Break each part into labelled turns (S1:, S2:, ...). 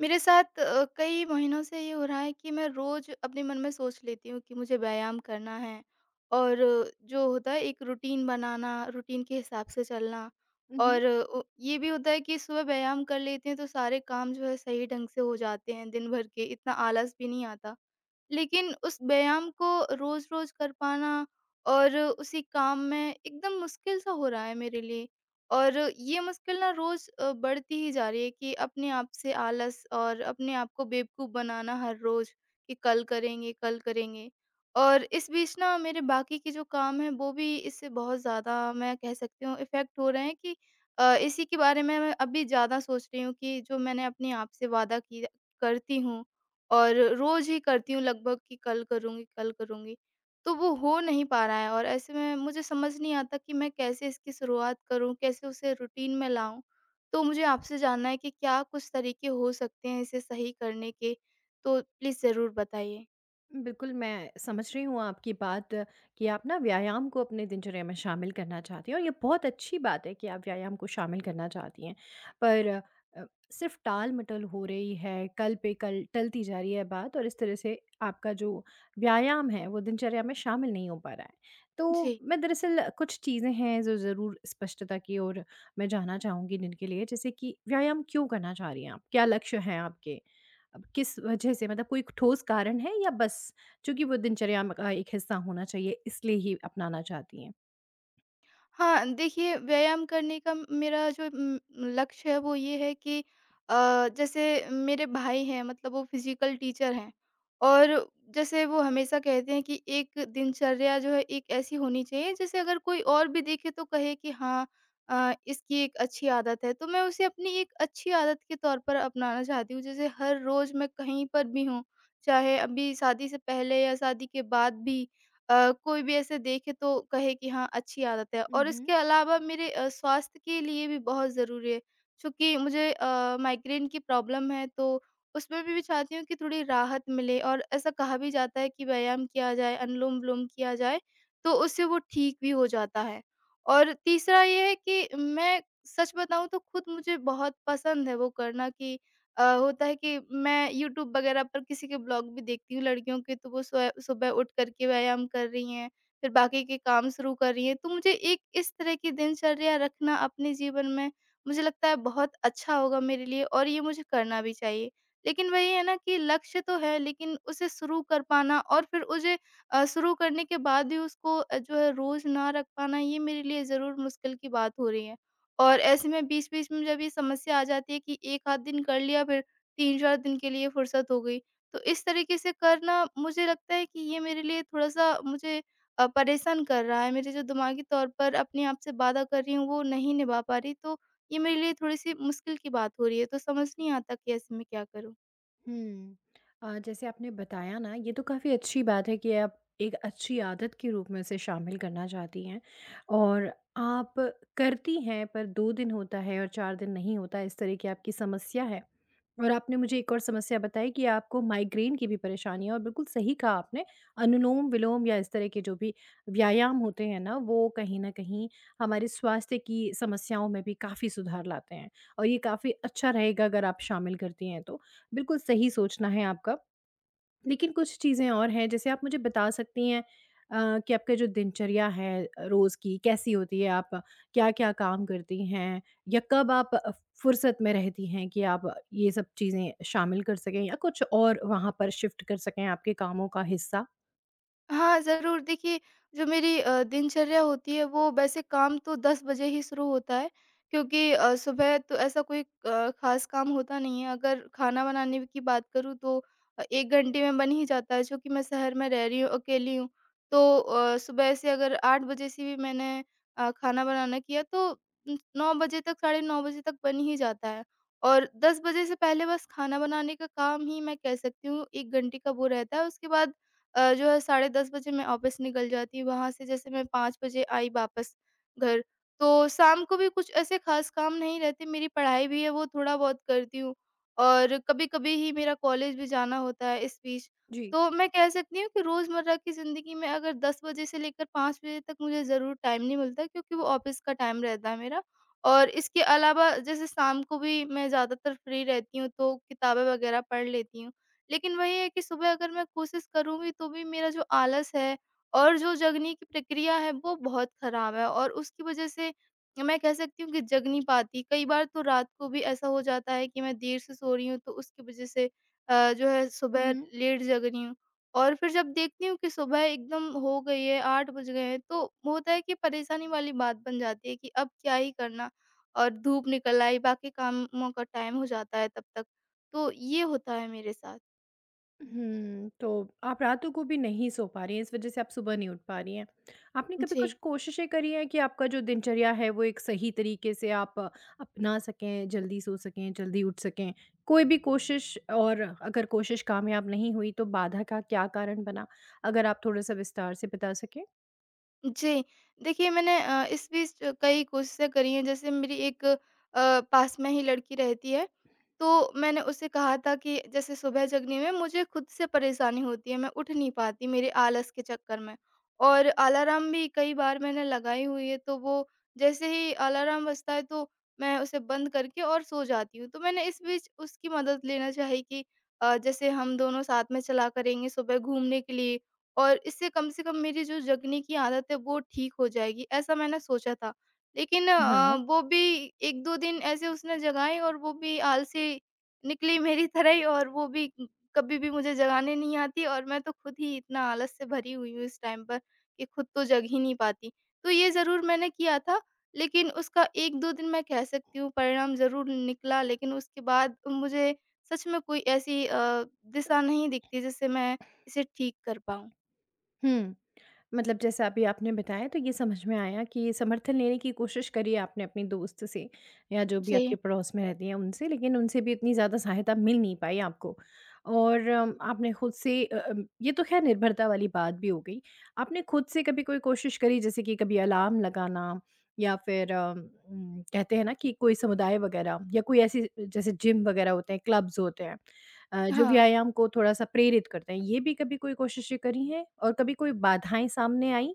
S1: मेरे साथ कई महीनों से ये हो रहा है कि मैं रोज़ अपने मन में सोच लेती हूँ कि मुझे व्यायाम करना है और जो होता है एक रूटीन बनाना, रूटीन के हिसाब से चलना।
S2: उहुँ।
S1: और ये भी होता है कि सुबह व्यायाम कर लेते हैं तो सारे काम जो है सही ढंग से हो जाते हैं दिन भर के, इतना आलस भी नहीं आता। लेकिन उस व्यायाम को रोज़-रोज़ कर पाना और उसी काम में एकदम मुश्किल सा हो रहा है मेरे लिए। और ये मुश्किल ना रोज़ बढ़ती ही जा रही है कि अपने आप से आलस और अपने आप को बेवकूफ़ बनाना हर रोज़ कि कल करेंगे, कल करेंगे। और इस बीच ना मेरे बाकी के जो काम हैं वो भी इससे बहुत ज़्यादा, मैं कह सकती हूँ, इफ़ेक्ट हो रहे हैं कि इसी के बारे में मैं अभी ज़्यादा सोच रही हूँ कि जो मैंने अपने आप से वादा किया करती हूँ, और रोज़ ही करती हूँ लगभग कि कल करूँगी, कल करूँगी। तो वो हो नहीं पा रहा है, और ऐसे में मुझे समझ नहीं आता कि मैं कैसे इसकी शुरुआत करूँ, कैसे उसे रूटीन में लाऊँ? तो मुझे आपसे जानना है कि क्या कुछ तरीके हो सकते हैं इसे सही करने के? तो प्लीज़ ज़रूर बताइए।
S2: बिल्कुल, मैं समझ रही हूँ आपकी बात, कि आप ना व्यायाम को अपने दिनचर्या में शामिल करना चाहती हैं और ये बहुत अच्छी बात है कि आप व्यायाम को शामिल करना चाहती हैं। पर अ, सिर्फ़ टाल-मटोल हो रही है, कल पे कल टलती जा रही है बात और इस तरह से आपका जो व्यायाम है, वो दिनचर्या में शामिल नहीं हो पा रहा है। तो
S1: जी।
S2: मैं दरअसल कुछ चीज़ें हैं जो ज़रूर स्पष्टता की ओर मैं जाना चाहूँगी, जिनके लिए जैसे कि व्यायाम क्यों करना चाह रही हैं आप? क्या लक्ष्य हैं आपके? अब किस वजह से, मतलब कोई ठोस कारण है या बस चूँकि वो दिनचर्या म का एक हिस्सा होना चाहिए इसलिए ही अपनाना चाहती हैं?
S1: हाँ, देखिए, व्यायाम करने का मेरा जो लक्ष्य है वो ये है कि जैसे मेरे भाई हैं, मतलब वो फिज़िकल टीचर हैं, और जैसे वो हमेशा कहते हैं कि एक दिनचर्या जो है एक ऐसी होनी चाहिए जैसे अगर कोई और भी देखे तो कहे कि हाँ, इसकी एक अच्छी आदत है। तो मैं उसे अपनी एक अच्छी आदत के तौर पर अपनाना चाहती हूँ। जैसे हर रोज़ मैं कहीं पर भी हूँ, चाहे अभी शादी से पहले या शादी के बाद भी, कोई भी ऐसे देखे तो कहे कि हाँ अच्छी आदत है। और
S2: उहुँ।
S1: इसके अलावा मेरे स्वास्थ्य के लिए भी बहुत ज़रूरी है। चूँकि मुझे माइग्रेन की प्रॉब्लम है, तो उसमें भी मैं चाहती हूँ कि थोड़ी राहत मिले, और ऐसा कहा भी जाता है कि व्यायाम किया जाए, अनुलोम-विलोम किया जाए तो उससे वो ठीक भी हो जाता है। और तीसरा ये है कि मैं सच बताऊँ तो खुद मुझे बहुत पसंद है वो करना कि होता है कि मैं यूट्यूब वगैरह पर किसी के ब्लॉग भी देखती हूँ लड़कियों के, तो वो स्व सुबह उठ कर के व्यायाम कर रही हैं, फिर बाकी के काम शुरू कर रही हैं। तो मुझे एक इस तरह की दिनचर्या रखना अपने जीवन में, मुझे लगता है, बहुत अच्छा होगा मेरे लिए, और ये मुझे करना भी चाहिए। लेकिन वही है ना कि लक्ष्य तो है, लेकिन उसे शुरू कर पाना और फिर उसे शुरू करने के बाद भी उसको जो है रोज़ ना रख पाना, ये मेरे लिए ज़रूर मुश्किल की बात हो रही है। और ऐसे में बीच-बीच में जब ये समस्या आ जाती है कि 1 आध दिन कर लिया फिर 3-4 दिन के लिए फुर्सत हो गई। तो इस तरीके से करना मुझे लगता है कि ये मेरे लिए थोड़ा-सा मुझे परेशान कर रहा है। मेरे जो दिमागी तौर पर अपने आप से वादा कर रही हूँ वो नहीं निभा पा रही, तो ये मेरे लिए थोड़ी-सी मुश्किल की बात हो रही है। तो समझ नहीं आता कि ऐसे में क्या करूँ?
S2: हुँ। जैसे आपने बताया ना, ये तो काफ़ी अच्छी बात है कि आप एक अच्छी आदत के रूप में इसे शामिल करना चाहती हैं और आप करती हैं, पर 2 दिन होता है और 4 दिन नहीं होता, इस तरह की आपकी समस्या है। और आपने मुझे एक और समस्या बताई कि आपको माइग्रेन की भी परेशानी है और बिल्कुल सही कहा आपने, अनुलोम-विलोम या इस तरह के जो भी व्यायाम होते हैं ना, वो कहीं न कहीं हमारे स्वास्थ्य की समस्याओं में भी काफ़ी सुधार लाते हैं। और ये काफ़ी अच्छा रहेगा अगर आप शामिल करती हैं तो। बिल्कुल सही सोचना है आपका। लेकिन कुछ चीज़ें और हैं जैसे आप मुझे बता सकती हैं, कि आपका जो दिनचर्या है रोज़ की, कैसी होती है? आप क्या-क्या काम करती हैं? या कब आप फुर्सत में रहती हैं कि आप ये सब चीज़ें शामिल कर सकें या कुछ और वहाँ पर शिफ्ट कर सकें आपके कामों का हिस्सा?
S1: हाँ, ज़रूर। देखिए, जो मेरी दिनचर्या होती है, वो वैसे काम तो 10 बजे ही शुरू होता है, क्योंकि सुबह तो ऐसा कोई ख़ास काम होता नहीं है। अगर खाना बनाने की बात करूँ, तो 1 घंटे में बन ही जाता है, चूँकि मैं शहर में रह रही हूँ, अकेली हूँ। तो सुबह से अगर 8 बजे से भी मैंने खाना बनाना किया, तो 9 बजे तक, साढ़े 9 बजे तक बन ही जाता है। और 10 बजे से पहले बस खाना बनाने का काम ही, मैं कह सकती हूँ, 1 घंटे का वो रहता है। उसके बाद जो है साढ़े 10 बजे मैं ऑफ़िस निकल जाती, वहाँ से जैसे मैं 5 बजे आई वापस घर। तो शाम को भी कुछ ऐसे ख़ास काम नहीं रहते, मेरी पढ़ाई भी है वो थोड़ा बहुत करती हूँ, और कभी-कभी ही मेरा कॉलेज भी जाना होता है इस बीच। तो मैं कह सकती हूँ कि रोज़मर्रा की ज़िंदगी में अगर 10 बजे से लेकर 5 बजे तक मुझे ज़रूर टाइम नहीं मिलता, क्योंकि वो ऑफ़िस का टाइम रहता है मेरा। और इसके अलावा, जैसे शाम को भी मैं ज़्यादातर फ्री रहती हूँ तो किताबें वग़ैरह पढ़ लेती हूँ। लेकिन वही है कि सुबह अगर मैं कोशिश करूँगी तो भी मेरा जो आलस है और जो जगने की प्रक्रिया है वो बहुत ख़राब है, और उसकी वज़ह से मैं कह सकती हूँ कि जग नहीं पाती। कई बार तो रात को भी ऐसा हो जाता है कि मैं देर से सो रही हूँ, तो उसकी वज़ह से जो है सुबह
S2: जी।
S1: लेट जग रही हूँ। और फिर जब देखती हूँ कि सुबह एकदम हो गई है, 8 बज गए हैं, तो होता है कि परेशानी वाली बात बन जाती है कि अब क्या ही करना, और धूप निकल आई, बाकी कामों का टाइम हो जाता है तब तक। तो ये होता है मेरे साथ।
S2: हुँ, तो आप रातों को भी नहीं सो पा रही हैं, इस वज़ह से आप सुबह नहीं उठ पा रही हैं। आपने कभी कुछ
S1: जी,
S2: कोशिशें करी हैं कि आपका जो दिनचर्या है, वो एक सही तरीके से आप अपना सकें, जल्दी सो सकें, जल्दी उठ सकें? कोई भी कोशिश, और अगर कोशिश कामयाब नहीं हुई, तो बाधा का क्या कारण बना? अगर आप थोड़ा-सा विस्तार से बता सकें?
S1: जी। देखिए, मैंने इस बीच कई कोशिशें करी हैं। जैसे मेरी एक पास में ही लड़की रहती है, तो मैंने उससे कहा था कि जैसे सुबह जगने में मुझे खुद से परेशानी होती है, मैं उठ नहीं पाती मेरे आलस के चक्कर में। और अलार्म भी कई बार मैंने लगाई हुई है, तो वो जैसे ही अलार्म बजता है तो मैं उसे बंद करके और सो जाती हूँ। तो मैंने इस बीच उसकी मदद लेना चाही कि जैसे हम दोनों साथ में चला करेंगे सुबह घूमने के लिए, और इससे कम से कम मेरी जो जगने की आदत है वो ठीक हो जाएगी, ऐसा मैंने सोचा था। लेकिन
S2: हाँ।
S1: वो भी 1-2 दिन ऐसे उसने जगाई, और वो भी आलसी निकली मेरी तरह ही, और वो भी कभी भी मुझे जगाने नहीं आती, और मैं तो खुद ही इतना आलस से भरी हुई हूँ इस टाइम पर कि खुद तो जग ही नहीं पाती। तो ये ज़रूर मैंने किया था, लेकिन उसका 1-2 दिन, मैं कह सकती हूँ, परिणाम ज़रूर निकला, लेकिन उसके बाद मुझे सच में कोई ऐसी दिशा नहीं दिखती जिससे मैं इसे ठीक कर पाऊँ।
S2: हुँ। मतलब जैसा अभी आपने बताया, तो ये समझ में आया कि समर्थन लेने की कोशिश करी आपने अपने दोस्त से या जो भी आपके
S1: जी,
S2: पड़ोस में रहती हैं उनसे, लेकिन उनसे भी इतनी ज़्यादा सहायता मिल नहीं पाई आपको। और आपने खुद से ये तो खैर निर्भरता वाली बात भी हो गई। आपने खुद से कभी कोई कोशिश करी जैसे कि कभी अलार्म लगाना, या फिर कहते हैं ना कि कोई समुदाय वगैरह या कोई ऐसी जैसे जिम वगैरह होते हैं, क्लब्स होते हैं जो
S1: हाँ।
S2: व्यायाम को थोड़ा-सा प्रेरित करते हैं। ये भी कभी कोई कोशिशें करी हैं और कभी कोई बाधाएँ सामने आईं?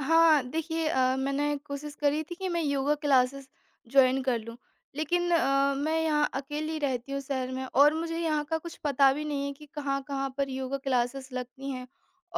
S1: हाँ, देखिए, मैंने कोशिश करी थी कि मैं योगा क्लासेस जॉइन कर लूँ, लेकिन मैं यहाँ अकेली रहती हूँ शहर में, और मुझे यहाँ का कुछ पता भी नहीं है कि कहाँ-कहाँ पर योगा क्लासेस लगती हैं।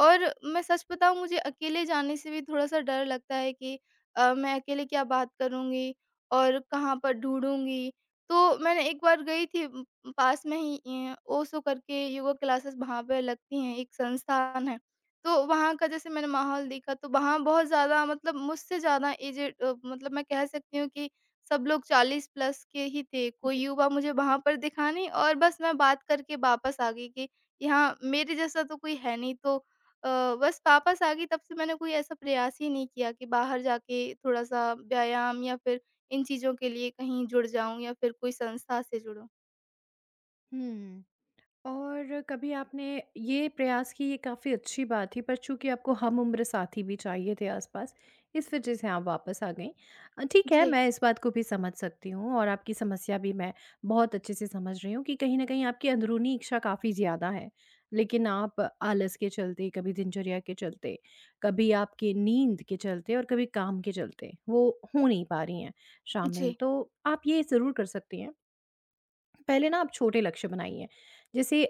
S1: और मैं सच बताऊँ, मुझे अकेले जाने से भी थोड़ा-सा डर लगता है कि मैं अकेले क्या बात करूँगी और कहाँ पर ढूँढूँगी। तो मैंने एक बार गई थी, पास में ही ओशो करके योगा क्लासेस वहाँ पे लगती हैं, एक संस्थान है। तो वहाँ का जैसे मैंने माहौल देखा तो वहाँ बहुत ज़्यादा, मतलब मुझसे ज़्यादा एजेड, मतलब मैं कह सकती हूँ कि सब लोग 40 प्लस के ही थे। कोई युवा मुझे वहाँ पर दिखा नहीं, और बस मैं बात करके वापस आ गई कि यहाँ मेरे जैसा तो कोई है नहीं, तो बस वापस आ गई। तब से मैंने कोई ऐसा प्रयास ही नहीं किया कि बाहर जाके थोड़ा-सा व्यायाम, या फिर इन चीज़ों के लिए कहीं जुड़ जाऊँ या फिर कोई संस्था से जुड़ूँ।
S2: हुँ। और कभी आपने ये प्रयास की, ये काफ़ी अच्छी बात थी, पर चूंकि आपको हम उम्र साथी भी चाहिए थे आसपास, इस वजह से आप वापस आ गई। ठीक है,
S1: जी,
S2: मैं इस बात को भी समझ सकती हूँ और आपकी समस्या भी मैं बहुत अच्छे से समझ रही हूँ कि कहीं ना कहीं आपकी अंदरूनी इच्छा काफ़ी ज़्यादा है, लेकिन आप आलस के चलते, कभी दिनचर्या के चलते, कभी आपकी नींद के चलते और कभी काम के चलते वो हो नहीं पा रही हैं शामिल।
S1: जी,
S2: तो आप ये ज़रूर कर सकती हैं, पहले ना आप छोटे लक्ष्य बनाइए। जैसे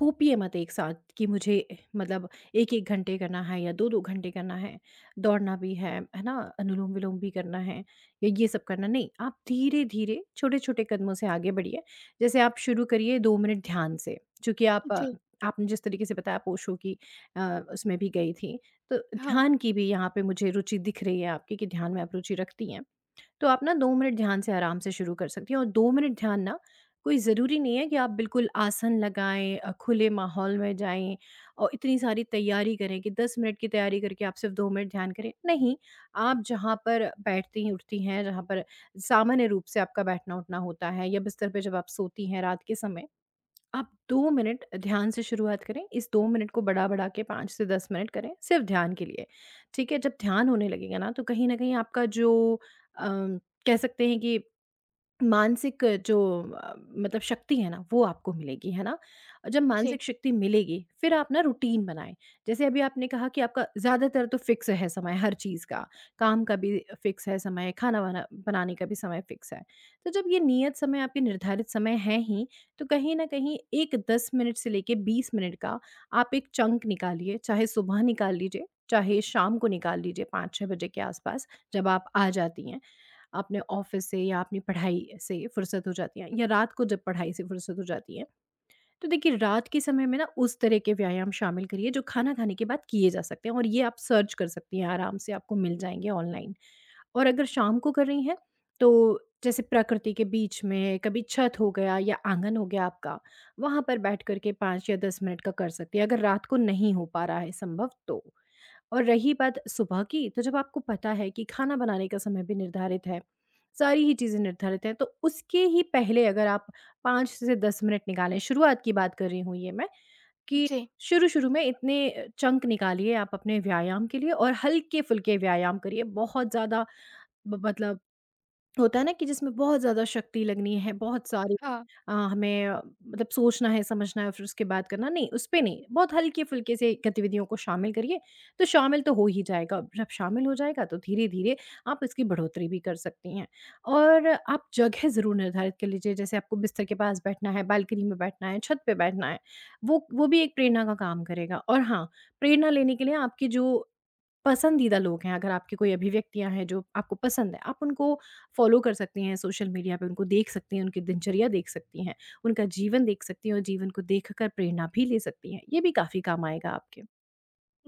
S2: थोपिए मत एक साथ कि मुझे, मतलब 1-1 घंटे करना है या 2-2 घंटे करना है, दौड़ना भी है ना? अनुलोम-विलोम भी करना है, या ये सब करना नहीं, आप धीरे-धीरे, छोटे-छोटे कदमों से आगे बढ़िए। जैसे आप शुरू करिए 2 मिनट ध्यान से, चूँकि आप
S1: जी।
S2: आपने जिस तरीके से बताया ओशो की, अ, उसमें भी गई थीं, तो
S1: हाँ,
S2: ध्यान की भी यहाँ पे मुझे रुचि दिख रही है आपकी कि ध्यान में आप रुचि रखती हैं। तो आप ना 2 मिनट ध्यान से आराम से शुरू कर सकती हैं, और 2 मिनट ध्यान ना, कोई ज़रूरी नहीं है कि आप बिल्कुल आसन लगाएँ, खुले माहौल में जाएँ और इतनी सारी तैयारी करें कि 10 मिनट की तैयारी करके आप सिर्फ़ 2 मिनट ध्यान करें। नहीं, आप जहाँ पर बैठती हैं, उठती हैं, जहाँ पर सामान्य रूप से आपका बैठना-उठना होता है, या बिस्तर पे जब आप सोती हैं रात के समय, आप 2 मिनट ध्यान से शुरुआत करें। इस 2 मिनट को बढ़ा-बढ़ा के 5 से 10 मिनट करें, सिर्फ़ ध्यान के लिए। ठीक है? जब ध्यान होने लगेगा ना, तो कहीं न कहीं आपका जो अम, कह सकते हैं कि मानसिक जो, मतलब शक्ति है ना, वो आपको मिलेगी, है ना? और जब
S1: जी,
S2: मानसिक शक्ति मिलेगी, फिर आप ना रूटीन बनाएँ। जैसे अभी आपने कहा कि आपका ज़्यादातर तो फ़िक्स है समय हर चीज़ का, काम का भी फ़िक्स है समय, खाना-वाना बनाने का भी समय फ़िक्स है। तो जब ये नियत समय, आपके निर्धारित समय है ही, तो कहीं न कहीं एक 10 मिनट से लेके 20 मिनट का आप एक चंक निकालिए, चाहे सुबह निकाल लीजिए, चाहे शाम को निकाल लीजिए 5-6 बजे के आसपास जब आप आ जाती हैं। आपने ऑफ़िस से या अपनी पढ़ाई से फ़ुर्सत हो जाती है, या रात को जब पढ़ाई से फ़ुर्सत हो जाती है, तो देखिए रात के समय में ना उस तरह के व्यायाम शामिल करिए जो खाना खाने के बाद किए जा सकते हैं, और ये आप सर्च कर सकती हैं, आराम से आपको मिल जाएँगे ऑनलाइन। और अगर शाम को कर रही हैं, तो जैसे प्रकृति के बीच में कभी छत हो गया या आँगन हो गया आपका, वहाँ पर बैठ कर के 5 या 10 मिनट का कर सकती हैं, अगर रात को नहीं हो पा रहा है संभव तो। और रही बात सुबह की, तो जब आपको पता है कि खाना बनाने का समय भी निर्धारित है, सारी ही चीज़ें निर्धारित हैं, तो उसके ही पहले अगर आप 5 से 10 मिनट निकालें, शुरुआत की बात कर रही हूँ ये मैं, कि
S1: जी,
S2: शुरू-शुरू में इतने चंक निकालिए आप अपने व्यायाम के लिए और हल्के-फुल्के व्यायाम करिए। बहुत ज़्यादा ब मतलब, होता है ना कि जिसमें बहुत ज़्यादा शक्ति लगनी है, बहुत सारी
S1: हाँ।
S2: हमें मतलब सोचना है, समझना है, फिर उसके बाद करना। नहीं, उसपे नहीं, बहुत हल्के-फुल्के से गतिविधियों को शामिल करिए, तो शामिल तो हो ही जाएगा। जब शामिल हो जाएगा तो धीरे-धीरे आप इसकी बढ़ोतरी भी कर सकती हैं। और आप जगह ज़रूर निर्धारित कर लीजिए, जैसे आपको बिस्तर के पास बैठना है, बालकनी में बैठना है, छत पे बैठना है, वो भी एक प्रेरणा का काम करेगा। और हाँ, प्रेरणा लेने के लिए आपकी जो पसंदीदा लोग हैं, अगर आपकी कोई अभिव्यक्तियाँ हैं जो आपको पसंद है, आप उनको फ़ॉलो कर सकती हैं सोशल मीडिया पे, उनको देख सकती हैं, उनकी दिनचर्या देख सकती हैं, उनका जीवन देख सकती हैं और जीवन को देखकर प्रेरणा भी ले सकती हैं। ये भी काफ़ी काम आएगा आपके।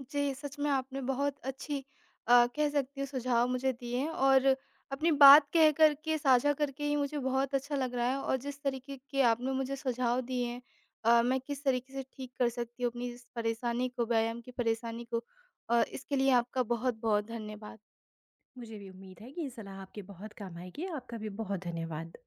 S1: जी, सच में आपने बहुत अच्छी, कह सकती हूँ, सुझाव मुझे दिए हैं, और अपनी बात कह कर के साझा करके ही मुझे बहुत अच्छा लग रहा है, और जिस तरीके के आपने मुझे सुझाव दिए हैं मैं किस तरीके से ठीक कर सकती हूँ अपनी इस परेशानी को, व्यायाम की परेशानी को, इसके लिए आपका बहुत-बहुत धन्यवाद।
S2: मुझे भी उम्मीद है कि ये सलाह आपके बहुत काम आएगी। आपका भी बहुत धन्यवाद।